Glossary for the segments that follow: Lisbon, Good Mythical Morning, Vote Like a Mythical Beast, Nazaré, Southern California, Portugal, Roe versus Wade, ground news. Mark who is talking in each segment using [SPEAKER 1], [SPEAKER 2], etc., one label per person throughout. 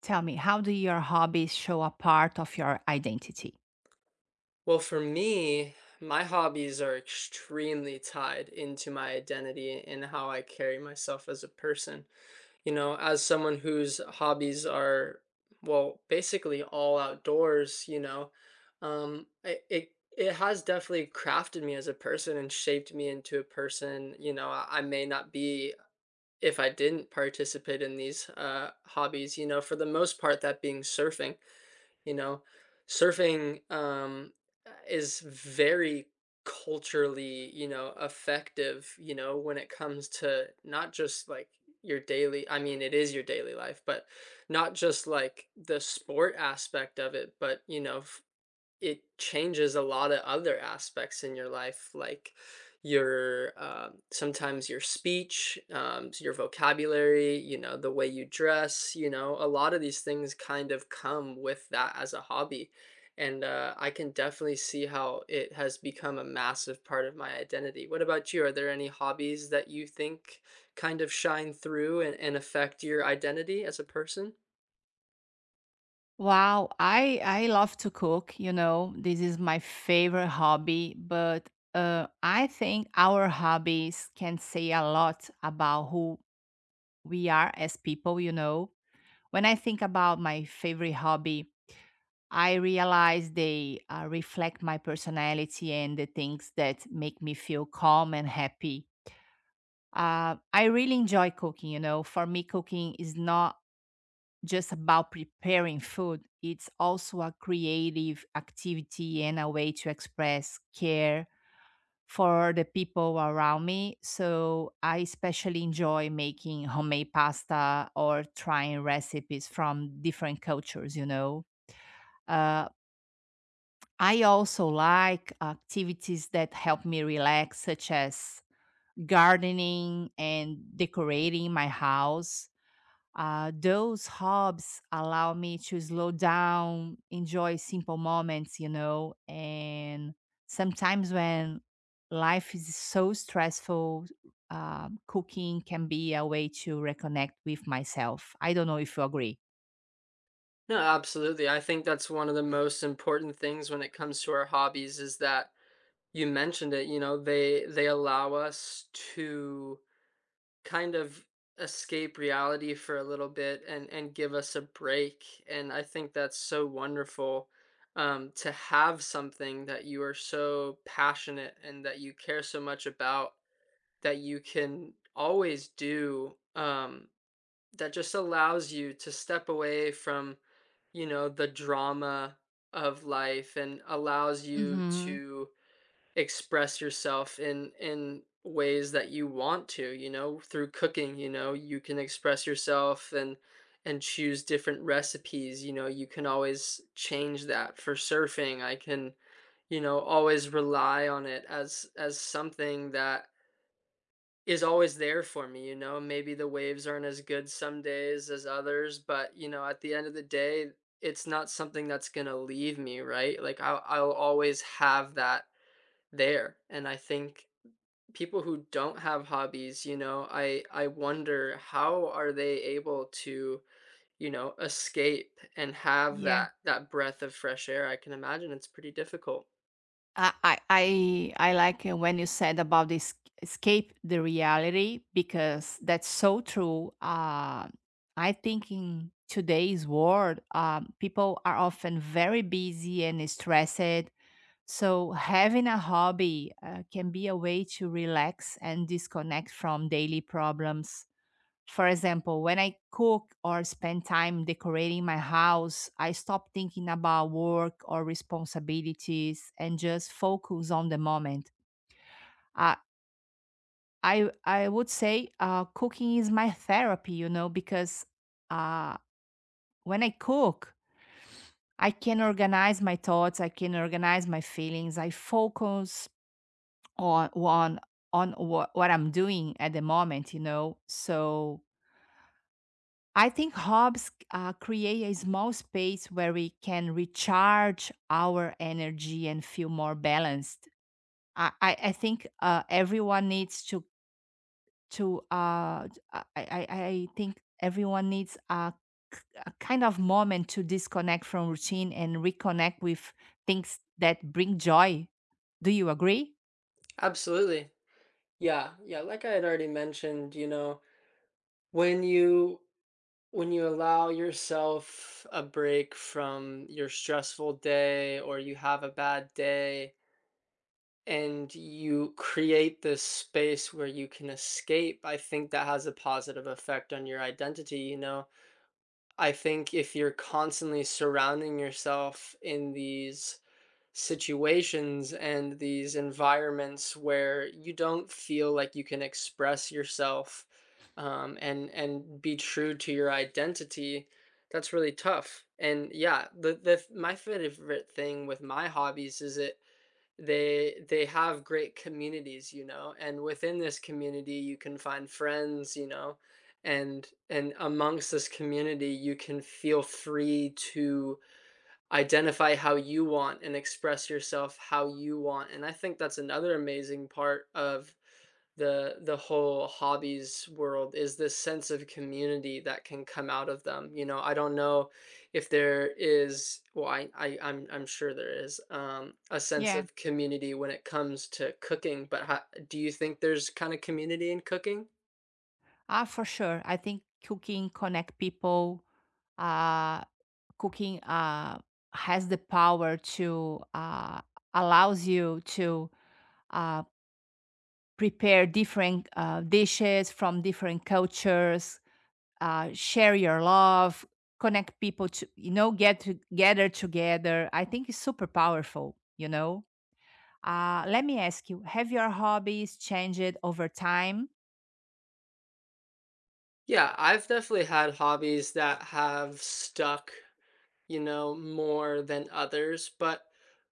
[SPEAKER 1] Tell me, how do your hobbies show a part of your identity?
[SPEAKER 2] Well, for me, my hobbies are extremely tied into my identity and how I carry myself as a person. You know, as someone whose hobbies are, well, basically all outdoors, um, it, it it has definitely crafted me as a person and shaped me into a person. You know, I may not be if I didn't participate in these hobbies, you know, for the most part, that being surfing. You know, surfing, is very culturally, you know, effective, you know, when it comes to not just like your daily. I mean, it is your daily life, but not just like the sport aspect of it, but, you know, it changes a lot of other aspects in your life, like your sometimes your speech, your vocabulary, you know, the way you dress, you know. A lot of these things kind of come with that as a hobby. And I can definitely see how it has become a massive part of my identity. What about you? Are there any hobbies that you think kind of shine through and affect your identity as a person?
[SPEAKER 1] Wow, I love to cook, you know. This is my favorite hobby, but I think our hobbies can say a lot about who we are as people, you know. When I think about my favorite hobby, I realize they reflect my personality and the things that make me feel calm and happy. I really enjoy cooking, you know. For me, cooking is not just about preparing food, it's also a creative activity and a way to express care for the people around me. So I especially enjoy making homemade pasta or trying recipes from different cultures, you know. Uh, I also like activities that help me relax, such as gardening and decorating my house. Those hobbies allow me to slow down, enjoy simple moments, you know, and sometimes when life is so stressful, cooking can be a way to reconnect with myself. I don't know if you agree.
[SPEAKER 2] No, absolutely. I think that's one of the most important things when it comes to our hobbies is that, you mentioned it, you know, they allow us to kind of escape reality for a little bit and give us a break. And I think that's so wonderful to have something that you are so passionate and that you care so much about, that you can always do, that just allows you to step away from, you know, the drama of life and allows you
[SPEAKER 1] Mm-hmm.
[SPEAKER 2] to express yourself in ways that you want to, you know. Through cooking, you know, you can express yourself and choose different recipes, you know, you can always change that. For surfing, I can, you know, always rely on it as something that is always there for me, you know. Maybe the waves aren't as good some days as others, but you know, at the end of the day, it's not something that's going to leave me, right? Like, I will, I'll always have that there. And I think people who don't have hobbies, you know, I wonder, how are they able to, you know, escape and have that breath of fresh air? I can imagine it's pretty difficult.
[SPEAKER 1] I like when you said about this escape the reality, because that's so true. I think in today's world, people are often very busy and stressed. So having a hobby can be a way to relax and disconnect from daily problems. For example, when I cook or spend time decorating my house, I stop thinking about work or responsibilities and just focus on the moment. I I would say cooking is my therapy, you know, because uh, when I cook, I can organize my thoughts, I can organize my feelings, I focus on on on what I'm doing at the moment, you know. So I think hobbies create a small space where we can recharge our energy and feel more balanced. I think everyone needs to d- I think everyone needs k- a kind of moment to disconnect from routine and reconnect with things that bring joy. Do you agree?
[SPEAKER 2] Absolutely. Yeah. Yeah, like I had already mentioned, you know, when you when you allow yourself a break from your stressful day, or you have a bad day and you create this space where you can escape, I think that has a positive effect on your identity, you know? I think if you're constantly surrounding yourself in these situations and these environments where you don't feel like you can express yourself and be true to your identity, that's really tough. And yeah, the, my favorite thing with my hobbies is, it they have great communities, you know, and within this community you can find friends, you know, and amongst this community you can feel free to identify how you want and express yourself how you want. And I think that's another amazing part of the whole hobbies world, is this sense of community that can come out of them. You know, I don't know if there is, well, I'm sure there is, a sense
[SPEAKER 1] Yeah.
[SPEAKER 2] of community when it comes to cooking, but how, do you think there's kind of community in cooking?
[SPEAKER 1] Ah, for sure. I think cooking connect people. Uh, cooking has the power to allows you to uh, prepare different dishes from different cultures, share your love, connect people to you know get to gather together. I think it's super powerful. You know. Let me ask you: Have your hobbies changed over time?
[SPEAKER 2] Yeah, I've definitely had hobbies that have stuck, you know, more than others. But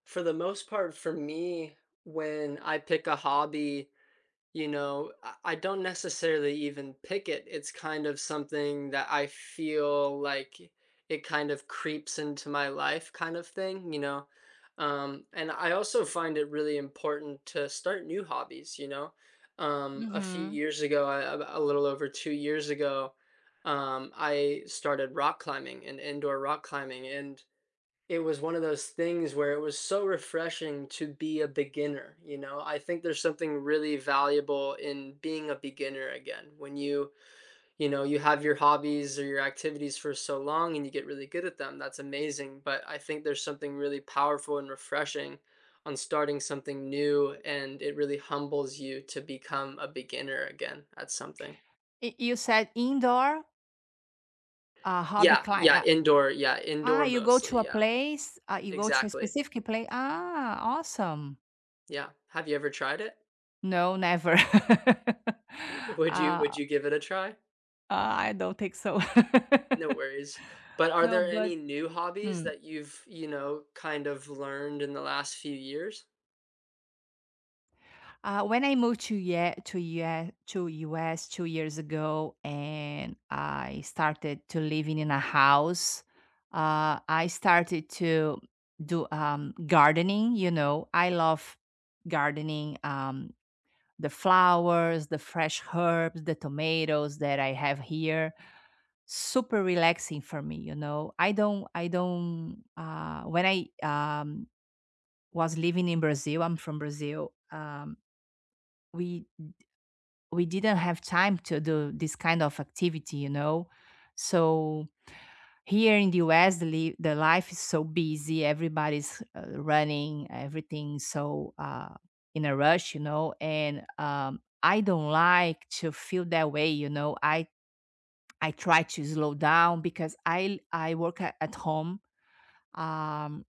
[SPEAKER 2] for the most part, for me, when I pick a hobby, you know, I don't necessarily even pick it. It's kind of something that I feel like it kind of creeps into my life, kind of thing, you know. And I also find it really important to start new hobbies, you know. A few
[SPEAKER 1] Mhm.
[SPEAKER 2] years ago, a little over 2 years ago, I started rock climbing and indoor rock climbing. And it was one of those things where it was so refreshing to be a beginner, you know? I think there's something really valuable in being a beginner again. When you know, you have your hobbies or your activities for so long and you get really good at them, that's amazing. But I think there's something really powerful and refreshing on starting something new, and it really humbles you to become a beginner again at something.
[SPEAKER 1] Y you said indoor, hobby
[SPEAKER 2] Yeah,
[SPEAKER 1] client.
[SPEAKER 2] yeah,
[SPEAKER 1] Ah,
[SPEAKER 2] indoor
[SPEAKER 1] you go to
[SPEAKER 2] mostly,
[SPEAKER 1] a
[SPEAKER 2] yeah.
[SPEAKER 1] place, you go to a
[SPEAKER 2] Exactly.
[SPEAKER 1] specific place. Ah, awesome.
[SPEAKER 2] Yeah. Have you ever tried it?
[SPEAKER 1] No, never.
[SPEAKER 2] W
[SPEAKER 1] Uh,
[SPEAKER 2] would you give it a try?
[SPEAKER 1] I don't think so.
[SPEAKER 2] No worries. But are
[SPEAKER 1] No,
[SPEAKER 2] there
[SPEAKER 1] but
[SPEAKER 2] any new hobbies
[SPEAKER 1] mm.
[SPEAKER 2] that you've, you know, kind of learned in the last few years?
[SPEAKER 1] When I moved to US 2 years ago, and I started to living in a house, I started to do gardening. You know, I love gardening. The flowers, the fresh herbs, the tomatoes that I have here, super relaxing for me. You know, I don't when I was living in Brazil. I'm from Brazil. We we didn't have time to do this kind of activity, you know. So here in the US, the life is so busy. Everybody's running, everything so in a rush, you know. And I don't like to feel that way, you know. I try to slow down because I work at home. Um,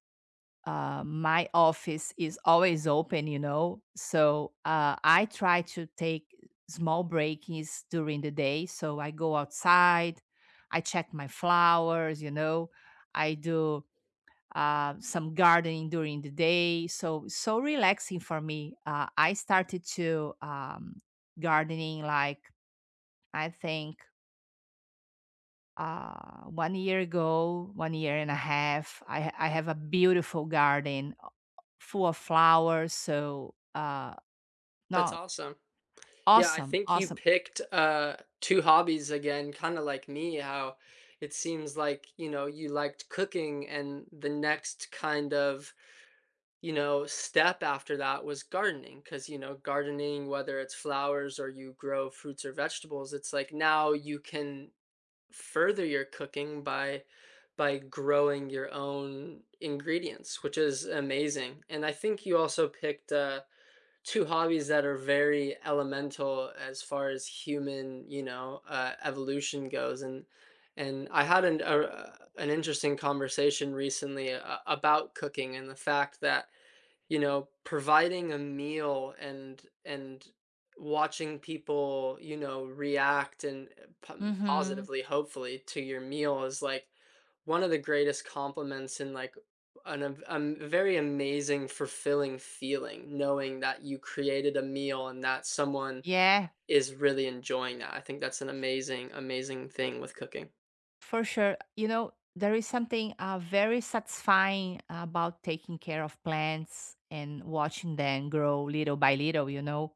[SPEAKER 1] my office is always open, you know. So I try to take small breaks during the day. So I go outside, I check my flowers, you know. I do some gardening during the day. So so relaxing for me. I started to gardening like I think 1 year ago, 1 year and a half. I have a beautiful garden full of flowers, so,
[SPEAKER 2] That's
[SPEAKER 1] no,
[SPEAKER 2] awesome. Yeah, I
[SPEAKER 1] awesome,
[SPEAKER 2] think you
[SPEAKER 1] awesome.
[SPEAKER 2] picked, 2 hobbies again, kinda like me. How it seems like, you know, you liked cooking and the next kind of, you know, step after that was gardening. Because you know, gardening, whether it's flowers or you grow fruits or vegetables, it's like now you can further your cooking by growing your own ingredients, which is amazing. And I think you also picked two hobbies that are very elemental as far as human, you know, evolution goes. And I had an interesting conversation recently about cooking, and the fact that, you know, providing a meal and watching people, you know, react
[SPEAKER 1] Mhm.
[SPEAKER 2] positively, hopefully, to your meal is like one of the greatest compliments, and like an a very amazing, fulfilling feeling, knowing that you created a meal and that someone
[SPEAKER 1] Yeah,
[SPEAKER 2] is really enjoying that. I think that's an amazing, amazing thing with cooking.
[SPEAKER 1] for sure. You know, there is something, very satisfying about taking care of plants and watching them grow little by little, you know,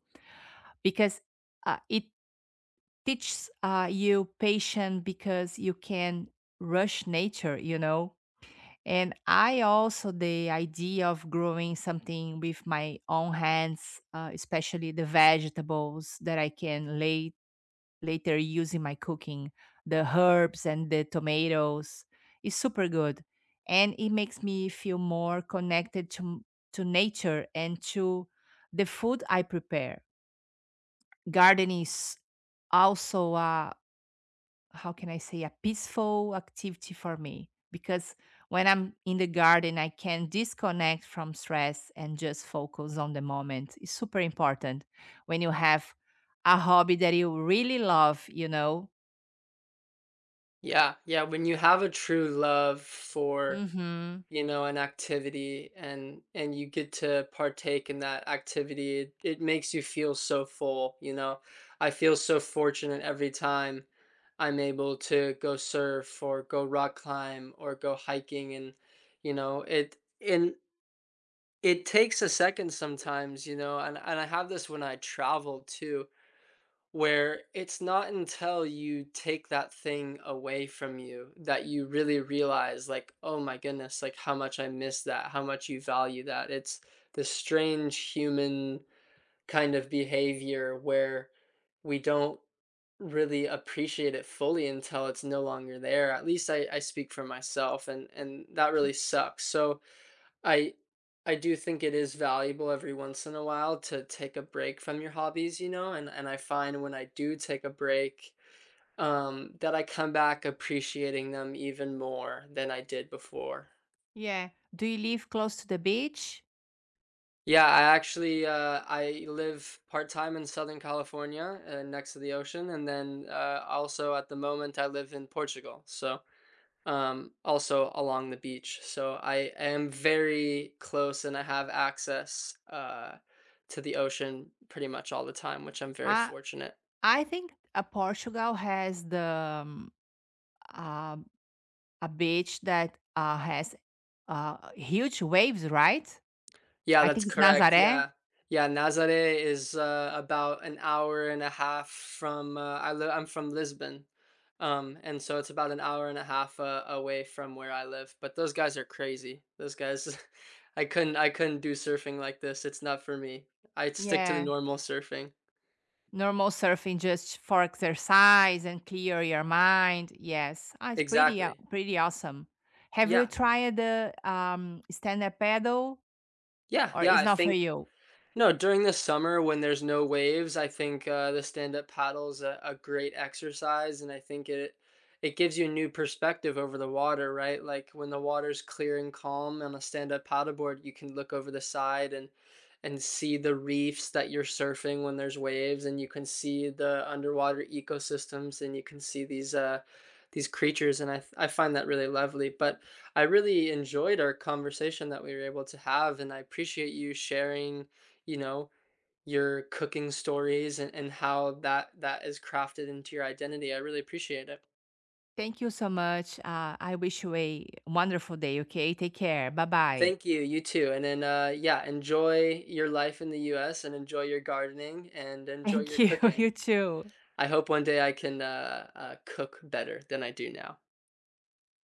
[SPEAKER 1] because, it teaches, you patience because you can rush nature, you know? And I also, the idea of growing something with my own hands, especially the vegetables that I can later use in my cooking, the herbs and the tomatoes, is super good. And it makes me feel more connected to, to nature and to the food I prepare. Gardening is also a how can I say, a peaceful activity for me. Because when I'm in the garden, I can disconnect from stress and just focus on the moment. It's super important when you have a hobby that you really love, you know?
[SPEAKER 2] Yeah, yeah. When you have a true love for,
[SPEAKER 1] Hmm.
[SPEAKER 2] you know, an activity, and you get to partake in that activity, it makes you feel so full, you know. I feel so fortunate every time I'm able to go surf or go rock climb or go hiking, and you know, it, and it takes a second sometimes, you know, and, I have this when I travel too. Where it's not until you take that thing away from you that you really realize, like, oh my goodness, like how much I miss that, how much you value that. It's this strange human kind of behavior where we don't really appreciate it fully until it's no longer there. At least I speak for myself, and that really sucks. So I I do think it is valuable every once in a while to take a break from your hobbies, you know, and I find when I do take a break, that I come back appreciating them even more than I did before.
[SPEAKER 1] Yeah. Do you live close to the beach?
[SPEAKER 2] Yeah, I actually I live part time in Southern California, next to the ocean, and then also at the moment I live in Portugal. So also along the beach. So I am very close, and I have access to the ocean pretty much all the time, which I'm very
[SPEAKER 1] I,
[SPEAKER 2] fortunate.
[SPEAKER 1] I think Portugal has the um, uh, a beach that has huge waves, right?
[SPEAKER 2] Yeah,
[SPEAKER 1] I
[SPEAKER 2] that's
[SPEAKER 1] think it's
[SPEAKER 2] correct.
[SPEAKER 1] Nazaré.
[SPEAKER 2] Yeah. Yeah, Nazaré is about an hour and a half from, I live. I'm from Lisbon. And so it's about an hour and a half away from where I live. But those guys are crazy. Those guys, I couldn't do surfing like this. It's not for me. I'd stick to the
[SPEAKER 1] Yeah.
[SPEAKER 2] normal surfing.
[SPEAKER 1] Normal surfing just for exercise and clear your mind. Yes, ah, it's pretty
[SPEAKER 2] Exactly.
[SPEAKER 1] pretty awesome. Have you
[SPEAKER 2] Yeah, y
[SPEAKER 1] tried the stand-up paddle,
[SPEAKER 2] yeah,
[SPEAKER 1] or
[SPEAKER 2] yeah,
[SPEAKER 1] it's
[SPEAKER 2] I
[SPEAKER 1] not for
[SPEAKER 2] think.
[SPEAKER 1] you?
[SPEAKER 2] No, during the summer when there's no waves, I think, the stand-up paddle's a great exercise, and I think it gives you a new perspective over the water, right? Like, when the water's clear and calm on a stand-up paddleboard, you can look over the side and see the reefs that you're surfing when there's waves, and you can see the underwater ecosystems, and you can see these creatures, and I find that really lovely. But I really enjoyed our conversation that we were able to have, and I appreciate you sharing, you know, your cooking stories, and, how that is crafted into your identity. I really appreciate it.
[SPEAKER 1] Thank you so much. I wish you a wonderful day. Okay, take care. Bye bye.
[SPEAKER 2] Thank you, you too. And then yeah, enjoy your life in the US, and enjoy your gardening, and enjoy your
[SPEAKER 1] Thank you.
[SPEAKER 2] cooking.
[SPEAKER 1] You too.
[SPEAKER 2] I hope one day I can cook better than I do now.